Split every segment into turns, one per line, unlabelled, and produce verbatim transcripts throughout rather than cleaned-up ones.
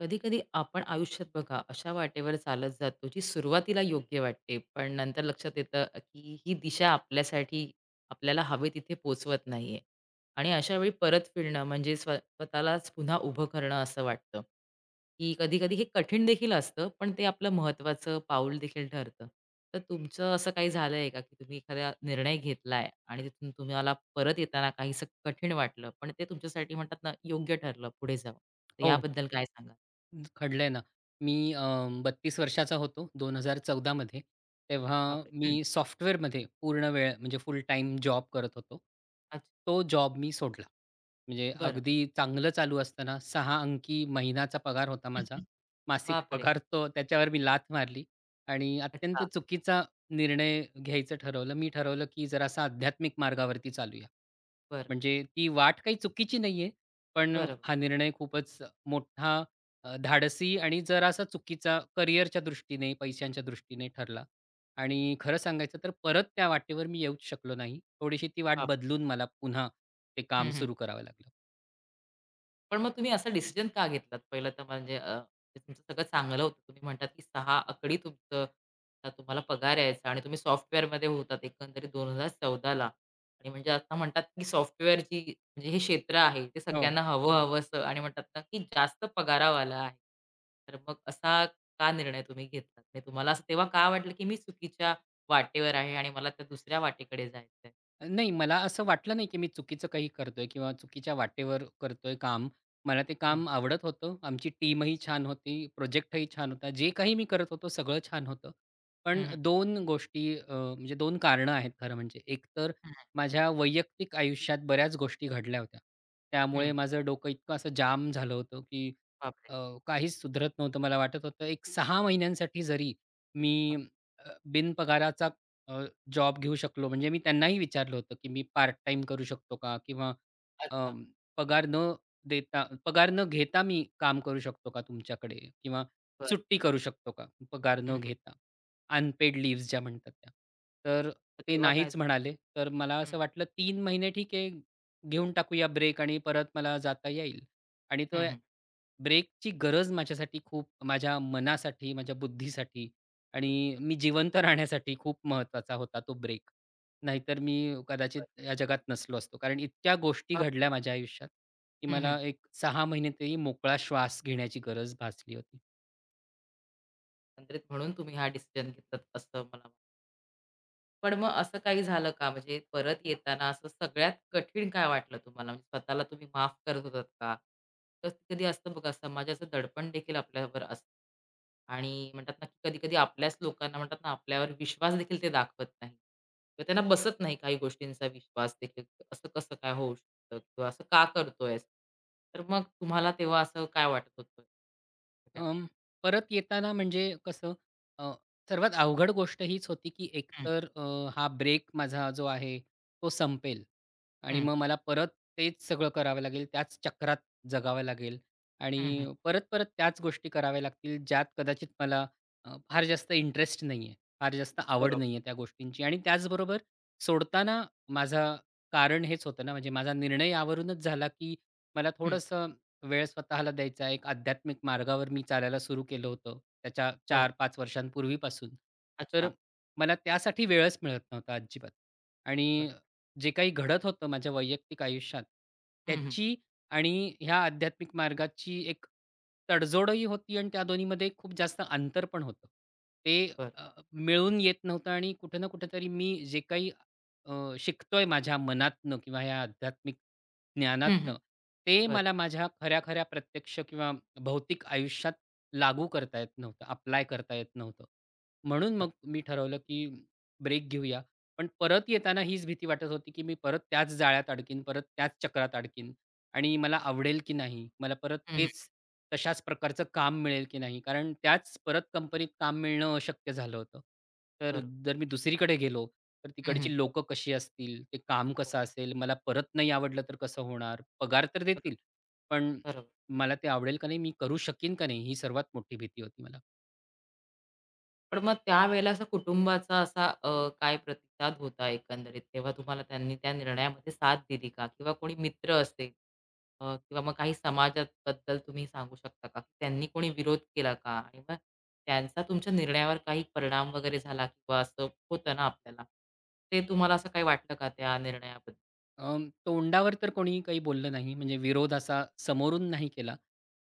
कधी-कधी आपण आयुष्यात बघा अशा वाटेवर चालत जातो, जी सुरुवातीला योग्य वाटते, पण नंतर लक्षात येतं की ही दिशा आपल्यासाठी आपल्याला हवे तिथे पोहोचवत नाहीये. आणि अशा वेळी परत फिरणं म्हणजे स्व स्वतःलाच पुन्हा उभं करणं असं वाटतं, की कधी-कधी हे कठीण देखील असतं, पण ते आपलं महत्त्वाचं पाऊल देखील ठरतं. तर तुमचं असं काही झालंय का, की तुम्ही एखादा निर्णय घेतलाय आणि तिथून तुम्हाला परत येताना काहीसं कठीण वाटलं, पण ते तुमच्यासाठी म्हणतात ना, योग्य ठरलं पुढे जाऊन? तर
हो,
याबद्दल काय सांगाल?
घडलंय ना. मी अ, बत्तीस वर्षाचा होतो दोन हजार चौदा मध्ये. तेव्हा
बापरे! हं.
मी सॉफ्टवेअरमध्ये पूर्ण वेळ म्हणजे फुल टाईम जॉब करत होतो.
अच्छा.
तो जॉब मी सोडला. म्हणजे
बरं.
अगदी चांगलं चालू असताना सहा अंकी महिन्याचा पगार होता माझा. मासिक
बापरे!
पगार तो त्याच्यावर मी लाथ मारली आणि अत्यंत
अच्छा.
चुकीचा निर्णय घ्यायचं ठरवलं. मी ठरवलं, की जरासा आध्यात्मिक मार्गावरती चालूया.
बरं.
म्हणजे ती वाट काही चुकीची नाहीये, पण
बरोबर.
हा निर्णय खूपच मोठा, अ, धाडसी आणि जरासा चुकीचा करिअरच्या दृष्टीने, पैशांच्या दृष्टीने ठरला आणि खरं सांगायचं तर परत त्या वाटेवर मी येऊच शकलो नाही. थोडीशी ती वाट
बाप
बदलून मला पुन्हा ते काम
हं, हं.
सुरू करावं लागलं.
पण मग तुम्ही असा डिसिजन का घेतलात? पहिलं तर म्हणजे अ, ते तुमचं सगळं चांगलं होतं. तुम्ही म्हणतात की सहा आकडी तुमचं अ, तुम्हाला पगार यायचा आणि तुम्ही सॉफ्टवेअरमध्ये होतात एकंदरीत दोन हजार चौदाला आणि म्हणजे आता म्हणतात की सॉफ्टवेअरची म्हणजे हे क्षेत्र आहे, ते
हो.
सगळ्यांना हवं हवंसं आणि म्हणतात ना की जास्त पगारावाला आहे. तर मग असा का निर्णय तुम्ही घेतलात? म्हणजे तुम्हाला असं तेव्हा का वाटलं की मी चुकीच्या वाटेवर आहे आणि मला त्या दुसऱ्या वाटेकडे जायचंय?
नाही, मला असं वाटलं नाही, की मी चुकीचं काही करतोय किंवा चुकीच्या वाटेवर करतोय काम. मला ते
हं.
काम आवडत होतं. आमची टीमही छान होती, प्रोजेक्टही छान होता. जे काही मी करत होतो सगळं छान होतं. पण
हं, हं.
दोन गोष्टी, अ, म्हणजे दोन कारणं आहेत खरं म्हणजे. एक तर
हं,
माझ्या वैयक्तिक आयुष्यात बऱ्याच गोष्टी घडल्या होत्या. त्यामुळे माझं डोकं इतकं असं जाम झालं होतं, की
बापरे!
अ, काहीच सुधरत नव्हतं. मला वाटत होतं एक सहा महिन्यांसाठी जरी मी
बापरे!
अ, बिनपगाराचा जॉब घेऊ शकलो म्हणजे मी त्यांनाही विचारलं होतं, की "मी पार्ट टाईम करू शकतो का? किंवा
अच्छा.
अं, पगार न देता पगार न घेता मी काम करू शकतो का तुमच्याकडे? किंवा
बरं.
सुट्टी करू शकतो का पगार न घेता?" अनपेड लीव्हज ज्या म्हणतात त्या. तर
तर
ते
तेव्हा काय
नाहीच
झालं?
म्हणाले. तर मला
हं,
असं वाटलं तीन महिने ठीक आहे, घेऊन टाकूया ब्रेक आणि परत मला जाता येईल. आणि तो
हं, हं.
ब्रेकची गरज माझ्यासाठी खूप माझ्या मनासाठी, माझ्या बुद्धीसाठी आणि मी जिवंत राहण्यासाठी खूप महत्त्वाचा होता तो ब्रेक. नाहीतर मी कदाचित
बरं.
या जगात नसलो असतो. कारण इतक्या गोष्टी
बापरे!
घडल्या माझ्या आयुष्यात, की
हं, हं.
मला एक सहा महिने तरी मोकळा श्वास घेण्याची गरज भासली होती.
एकंदरीत म्हणून तुम्ही हा डिसिजन घेतलात असं मला पण मग असं काही झालं का? म्हणजे परत येताना असं सगळ्यात कठीण काय वाटलं तुम्हाला? म्हणजे स्वतःला तुम्ही माफ करत होतात का? कधी-कधी असतं बघा समाजाचं दडपण देखील आपल्यावर असतं. आणि म्हणतात ना, की कधी-कधी आपल्याच लोकांना म्हणतात ना, आपल्यावर विश्वास देखील ते दाखवत नाही. किंवा त्यांना बसत नाही काही गोष्टींचा विश्वास देखील. असं कसं काय होऊ शकतं? किंवा असं का करतोयस? तर मग तुम्हाला तेव्हा असं काय वाटत होतं?
अं, परत येताना म्हणजे कसं, अ, सर्वात अवघड गोष्ट हीच होती, की
हं,
एकतर अ, हा ब्रेक माझा जो आहे तो संपेल आणि
हं,
मग मला परत तेच सगळं करावं लागेल, त्याच चक्रात जगावं लागेल
हं,
आणि
हं.
परत-परत त्याच गोष्टी कराव्या लागतील, ज्यात कदाचित मला अ, फार जास्त इंटरेस्ट नाही आहे, फार जास्त आवड नाही
बरोबर.
आहे त्या गोष्टींची आणि त्याचबरोबर सोडताना माझं कारण हेच होतं ना, म्हणजे माझा निर्णय यावरूनच झाला, की मला
हं,
थोडंसं वेळ स्वतःला द्यायचा. एक आध्यात्मिक मार्गावर मी चालायला सुरू केलं होतं त्याच्या
बरं.
चार-पाच वर्षांपूर्वीपासून. तर
अच्छा.
मला त्यासाठी वेळच मिळत नव्हता अजिबात. आणि
बरं.
जे काही घडत होतं माझ्या वैयक्तिक आयुष्यात
हं, हं.
त्याची आणि ह्या आध्यात्मिक मार्गाची एक तडजोडही होती आणि त्या दोन्हीमध्ये खूप जास्त अंतर पण होतं. ते
बरं.
अ, मिळून येत नव्हतं आणि कुठे ना कुठेतरी मी जे काही अ, शिकतोय माझ्या मनातनं किंवा ह्या आध्यात्मिक
हं, हं.
ज्ञानातनं, ते
बरं,
मला माझ्या खऱ्या-खऱ्या प्रत्यक्ष किंवा भौतिक आयुष्यात लागू करता येत नव्हतं, अप्लाय करता येत नव्हतं. म्हणून
बरं.
मग मी ठरवलं, की ब्रेक घेऊया. पण परत येताना हीच भीती वाटत होती, की मी परत त्याच जाळ्यात अडकीन, परत त्याच चक्रात अडकीन आणि मला आवडेल की नाही? मला परत
हं, हं.
तेच तशाच प्रकारचं काम मिळेल की नाही? कारण त्याच परत कंपनीत काम मिळणं अशक्य झालं होतं. तर
बरोबर.
जर मी दुसरीकडे गेलो तर
हं, हं.
तिकडची लोकं कशी असतील, ते काम
हो,
कसं असेल, मला परत नाही आवडलं तर कसं होणार? पगार तर
बरो
देतील, पण
बरोबर.
मला ते आवडेल का नाही? मी करू शकीन का नाही? ही सर्वात मोठी भीती होती मला.
पण मग त्यावेळेला असा कुटुंबाचा असा अ, काय प्रतिसाद होता एकंदरीत? तेव्हा तुम्हाला त्यांनी त्या निर्णयामध्ये साथ दिली का? किंवा कोणी मित्र असेल अ, किंवा मग काही समाजाबद्दल तुम्ही सांगू शकता का? त्यांनी कोणी विरोध केला का? आणि मग त्यांचा तुमच्या निर्णयावर काही परिणाम वगैरे झाला किंवा असं होतं ना आपल्याला, ते तुम्हाला असं काही वाटलं का त्या निर्णयाबद्दल?
अं, तोंडावर तर कोणी काही बोललं नाही म्हणजे विरोध असा समोरून नाही केला.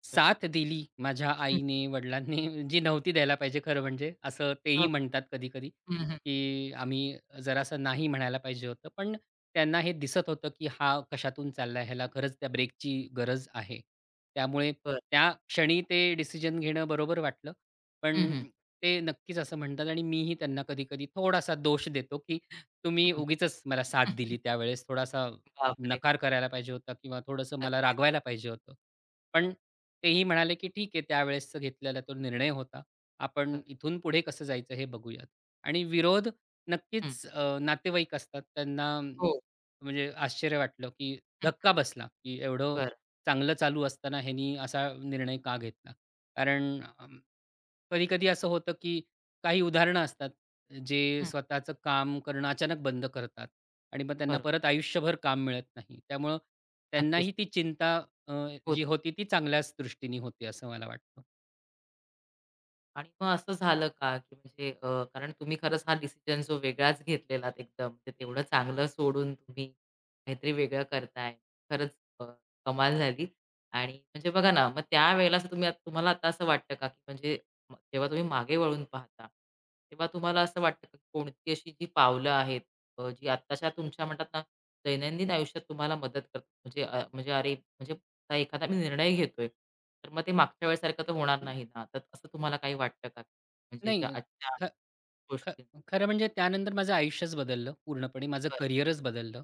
साथ दिली माझ्या
हं.
आईने, वडिलांनी जी नव्हती द्यायला पाहिजे खरं म्हणजे. असं तेही
बापरे!
म्हणतात कधी-कधी,
हं, हं.
की आम्ही जरासं नाही म्हणायला पाहिजे होतं. पण त्यांना हे दिसत होतं, की हा कशातून चाललाय, ह्याला खरंच त्या ब्रेकची गरज आहे. त्यामुळे
बरं.
त्या क्षणी ते डिसिजन घेणं बरोबर वाटलं.
हं,
पण
हं.
ते नक्कीच असं म्हणतात आणि मीही त्यांना कधी-कधी थोडासा दोष देतो, तुम्ही
हं.
उगीचच मला साथ दिली त्यावेळेस. थोडासा
बापरे!
नकार करायला पाहिजे होता किंवा थोडंसं मला
नक्कीच.
रागवायला पाहिजे होतं. पण तेही म्हणाले, की "ठीक आहे, त्यावेळेसचा घेतलेला तो निर्णय होता. आपण
बरं.
इथून पुढे कसं जायचं हे बघूयात." आणि विरोध
हं.
नक्कीच, अ, नातेवाईक असतात. त्यांना
हो.
म्हणजे आश्चर्य वाटलं, की
हं.
धक्का बसला, की एवढं
बरं.
चांगलं चालू असताना ह्यानी असा निर्णय का घेतला? कारण अ, कधी-कधी असं होतं, की काही उदाहरणं असतात, जे
हं.
स्वतःचं काम करणं अचानक बंद करतात आणि मग त्यांना
बरोबर.
परत आयुष्यभर काम मिळत नाही. त्यामुळं
नक्कीच.
त्यांनाही ती चिंता अ,
होत
जी होती ती चांगल्याच दृष्टीने होती असं मला वाटतं.
आणि मग असं झालं का, की म्हणजे अ, कारण तुम्ही खरंच हा डिसिजन जो वेगळाच घेतलेलात एकदम, ते तेवढं चांगलं सोडून तुम्ही काहीतरी वेगळं करताय. खरंच अ, कमाल झाली आणि म्हणजे बघा ना, मग त्यावेळेला असं तुम्ही तुम्हाला आता असं वाटतं का, की म्हणजे म जेव्हा तुम्ही मागे वळून पाहता, तेव्हा तुम्हाला असं वाटतं का, कोणती अशी जी पावलं आहेत अ, जी आत्ताच्या तुमच्या म्हणतात ना, दैनंदिन आयुष्यात तुम्हाला मदत करतात? म्हणजे अ, म्हणजे अरे, म्हणजे आता एखादा मी निर्णय घेतोय, तर मग ते मागच्या वेळेसारखं तर होणार नाही ना. तर असं तुम्हाला काही वाटतं का? म्हणजे ज्या
नाही,
आजच्या
ख ख
गोष्टी
खरं म्हणजे त्यानंतर माझं आयुष्यच बदललं पूर्णपणे. माझं
बरं.
करिअरच बदललं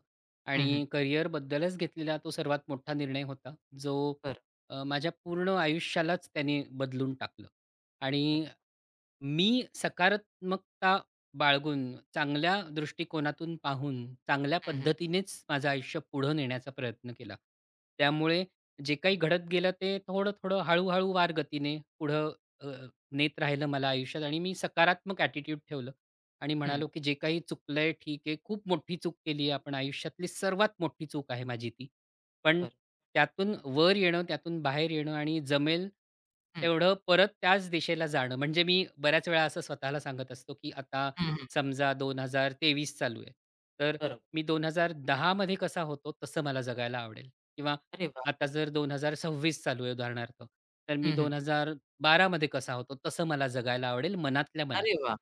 हं,
आणि
हं.
करिअरबद्दलच घेतलेला तो सर्वात मोठा निर्णय होता, जो
बरं.
अ, माझ्या पूर्ण आयुष्यालाच त्याने बदलून टाकलं
अरे
आणि
वाह!
मी सकारात्मकता बाळगून, चांगल्या दृष्टिकोनातून पाहून, चांगल्या
हं, हं.
पद्धतीनेच माझं आयुष्य पुढं नेण्याचा प्रयत्न केला. त्यामुळे जे काही
हं,
घडत गेलं ते थोडं-थोडं, हळू-हळू वार गतीने पुढं अ, नेत राहिलं मला आयुष्यात आणि मी सकारात्मक ॲटिट्यूड ठेवलं आणि
हं.
म्हणालो, की जे काही चुकलंय ठीक आहे. खूप मोठी चूक केली आहे आपण आयुष्यातली सर्वात मोठी चूक आहे माझी ती. पण
बरं.
त्यातून वर येणं, त्यातून बाहेर येणं आणि जमेल
हं,
तेवढं परत त्याच दिशेला जाणं. म्हणजे मी बऱ्याच वेळा असं स्वतःला सांगत असतो, की आता
हं, हं.
समजा दोन हजार तेवीस चालू आहे. तर
बरोबर.
मी दोन हजार दहा मध्ये कसा होतो तसं मला जगायला आवडेल किंवा
अरे वाह!
आता
खूप
जर दोन हजार सव्वीस चालू आहे उदाहरणार्थ, तर मी
हं, हं.
दोन हजार बारा मध्ये कसा होतो तसं मला जगायला आवडेल मनातल्या मनात.
अरे वाह!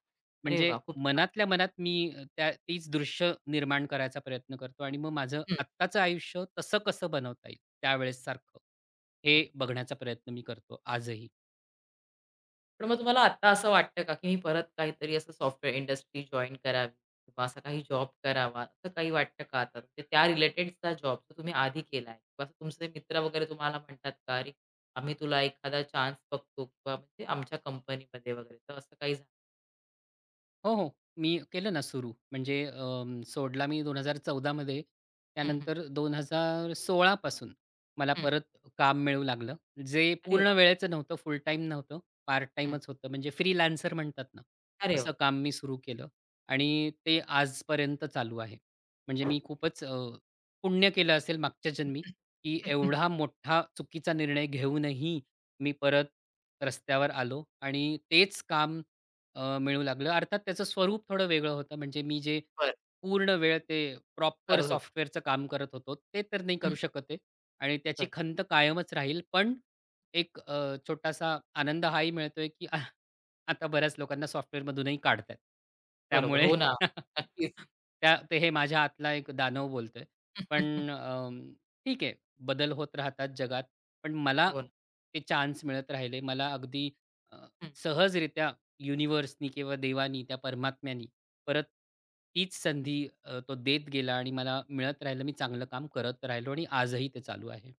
अरे
म्हणजे
वाह! खूप छान.
मनातल्या मनात मी त्या तीच दृश्य निर्माण करायचा प्रयत्न करतो आणि मग माझं
हं.
आत्ताचं आयुष्य तसं कसं बनवता येईल त्यावेळेस सारखं
बरं.
हे बघण्याचा प्रयत्न मी करतो आजही.
पण मग तुम्हाला आता असं वाटतं का, की मी परत काहीतरी असं सॉफ्टवेअर इंडस्ट्री जॉइन करावी किंवा असा काही जॉब करावा, असं काही वाटतं का आता? म्हणजे त्या रिलेटेडचा जॉब जो तुम्ही आधी केलाय किंवा असं तुमचे मित्र वगैरे तुम्हाला म्हणतात का, "अरे, आम्ही तुला एखादा चान्स बघतो किंवा म्हणजे आमच्या कंपनीमध्ये वगैरे." तर असं काही झालं?
हो, हो. मी केलं ना सुरू. म्हणजे अं, सोडला मी दोन हजार चौदा मध्ये.
हं, हं.
त्यानंतर दोन हजार सोळा पासून मला
हं.
परत काम मिळू लागलं. जे
अरे
पूर्ण
वाह!
वेळेचं नव्हतं, फुल टाईम नव्हतं, पार्ट
हं.
टाईमच होतं. म्हणजे फ्रीलान्सर म्हणतात ना,
अरे वाह!
तसं काम
हं.
मी सुरू केलं आणि ते आजपर्यंत चालू आहे. म्हणजे मी खूपच अ, पुण्य केलं असेल मागच्या जन्मी, की एवढा मोठा चुकीचा निर्णय घेऊनही मी परत रस्त्यावर आलो आणि तेच काम अ, मिळू लागलं. अर्थात त्याचं स्वरूप थोडं वेगळं होतं. म्हणजे मी जे
बरं.
पूर्ण वेळ ते प्रॉपर
करत होते.
सॉफ्टवेअरचं काम करत होतो, ते तर नाही
हं.
करू शकत आहे आणि त्याची
बरं.
खंत कायमच राहील. पण एक अ, छोटासा आनंद हाही मिळतोय, की आ- आता बऱ्याच लोकांना सॉफ्टवेअरमधूनही काढतायत.
बरोबर.
त्यामुळे
हो ना. नक्कीच.
त्या ते हे माझ्या आतला एक दानव बोलतोय. पण अं, ठीक आहे, बदल होत राहतात जगात. पण मला
हो
ते चान्स मिळत राहिले. मला अगदी अ,
ना.
सहजरित्या युनिव्हर्सनी किंवा देवानी, त्या परमात्म्यानी परत तीच संधी, अ, तो देत गेला आणि मला मिळत राहिलं. मी चांगलं काम करत राहिलो आणि आजही ते चालू आहे.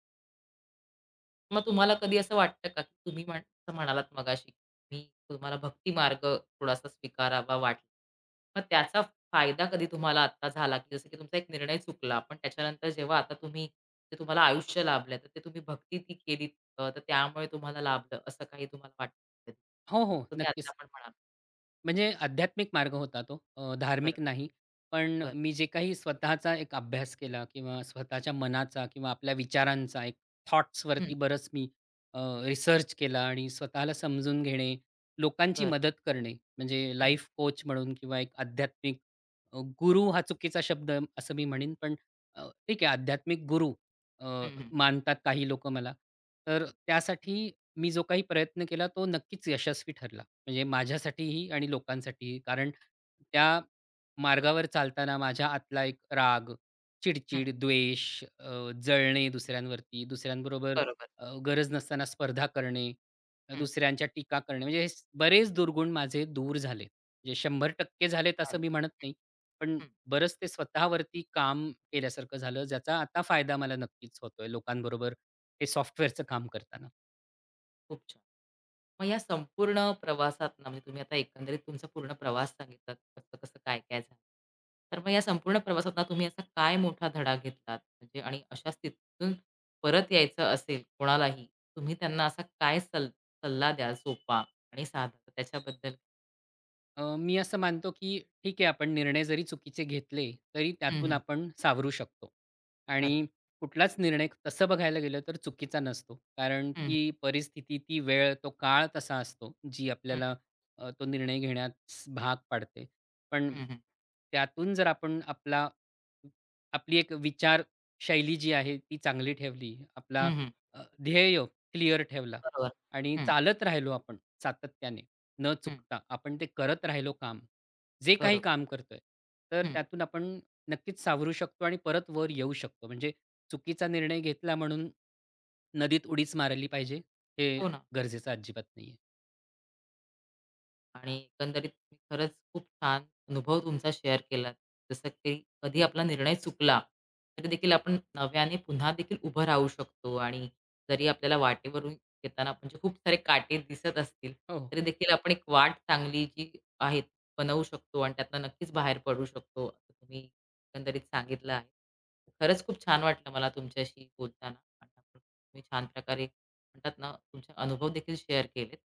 मग तुम्हाला कधी असं वाटतं का, की तुम्ही म्हण असं म्हणालात मगाशी, की तुम्हाला भक्ती मार्ग थोडासा स्वीकारावा वाटला. मग त्याचा फायदा कधी तुम्हाला आत्ता झाला, की जसं की तुमचा एक निर्णय चुकला, पण त्याच्यानंतर जेव्हा आता तुम्ही जे तुम्हाला आयुष्य लाभलं, तर ते तुम्ही भक्ती ती केलीत अ, तर त्यामुळे तुम्हाला लाभलं, असं काही तुम्हाला वाटतं? कधी?
हो, हो.
तुम्ही आत्ता
नक्कीच.
पण म्हणालात.
म्हणजे आध्यात्मिक मार्ग होता तो, अ,
बरं.
धार्मिक नाही. पण
बरं.
मी जे काही स्वतःचा एक अभ्यास केला किंवा स्वतःच्या मनाचा किंवा आपल्या विचारांचा एक थॉट्सवरती
हं.
बरंच मी रिसर्च केला आणि स्वतःला समजून घेणे, लोकांची
बरं.
मदत करणे, म्हणजे
हं.
लाईफ कोच म्हणून किंवा एक आध्यात्मिक अ, गुरु हा चुकीचा शब्द असं मी म्हणेन, पण अ, ठीक आहे आध्यात्मिक गुरु अ,
हं, हं.
मानतात काही लोकं मला. तर त्यासाठी मी जो काही प्रयत्न केला तो नक्कीच यशस्वी ठरला. म्हणजे माझ्यासाठीही आणि लोकांसाठीही. कारण त्या मार्गावर चालताना माझ्या आतला एक राग,
हं.
चिडचिड, द्वेष, अ, जळणे दुसऱ्यांवरती, दुसऱ्यांबरोबर
बरोबर.
अ, गरज नसताना स्पर्धा करणे, अ,
हं.
दुसऱ्यांच्या टीका करणे, म्हणजे हे स- बरेच दुर्गुण माझे दूर झाले. म्हणजे शंभर टक्के झालेत असं
अरे.
मी म्हणत नाही. पण
हं.
बरंच ते स्वतःवरती काम केल्यासारखं झालं, ज्याचा आता फायदा मला नक्कीच होतोय लोकांबरोबर हे सॉफ्टवेअरचं काम करताना.
खूप छान. मग या संपूर्ण प्रवासात ना, म्हणजे तुम्ही आता एकंदरीत तुमचा पूर्ण प्रवास सांगितलात, कसं-कसं, काय-काय झालं. तर मग या संपूर्ण प्रवासात ना, तुम्ही असा काय मोठा धडा घेतलात? म्हणजे आणि अशा स्थितीतून परत यायचं असेल कोणालाही, तुम्ही त्यांना असा काय सल सल्ला द्याल सोपा आणि साधा? तर त्याच्याबद्दल
अ, मी असं मानतो, की ठीक आहे आपण निर्णय जरी चुकीचे घेतले, तरी
हं,
त्यातून
हं.
आपण सावरू शकतो. आणि
चालेल.
कुठलाच निर्णय तसं बघायला गेलं तर चुकीचा नसतो. कारण
हं, हं.
ती परिस्थिती, ती वेळ, तो काळ तसा असतो, जी
हं,
आपल्याला अ, तो निर्णय घेण्यास भाग पाडते. पण
हं.
त्यातून जर आपण आपला आपली एक विचारशैली जी आहे ती चांगली ठेवली, आपला
हं, हं.
अ, ध्येय क्लिअर ठेवला
बरोबर.
आणि
हं,
चालत राहिलो आपण सातत्याने, न
हं.
चुकता आपण ते करत राहिलो काम, जे काही
बरोबर.
काम करतोय, तर
हं.
त्यातून आपण नक्कीच सावरू शकतो आणि परत वर येऊ शकतो. म्हणजे चुकीचा निर्णय घेतला म्हणून नदीत उडीच मारली पाहिजे, हे
हो ना.
गरजेचं अजिबात नाहीये.
आणि एकंदरीत तुम्ही खरंच खूप छान अनुभव तुमचा शेअर केलात. जसं की कधी आपला निर्णय चुकला, तरी देखील आपण नव्याने पुन्हा देखील उभं राहू शकतो आणि जरी आपल्याला वाटेवरून येताना म्हणजे खूप सारे काटे दिसत असतील,
हो, हो.
तरी देखील आपण एक वाट चांगली जी आहे ती बनवू शकतो आणि त्यातनं नक्कीच बाहेर पडू शकतो, असं तुम्ही एकंदरीत सांगितलं आहे. खरंच खूप छान वाटलं मला तुमच्याशी बोलताना आणि आपण तुम्ही छान प्रकारे म्हणतात ना, तुमचे अनुभव देखील शेअर केलेत.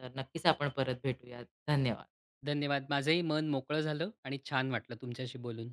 तर नक्कीच आपण परत भेटूयात. धन्यवाद.
धन्यवाद. माझंही मन मोकळं झालं आणि छान वाटलं तुमच्याशी बोलून.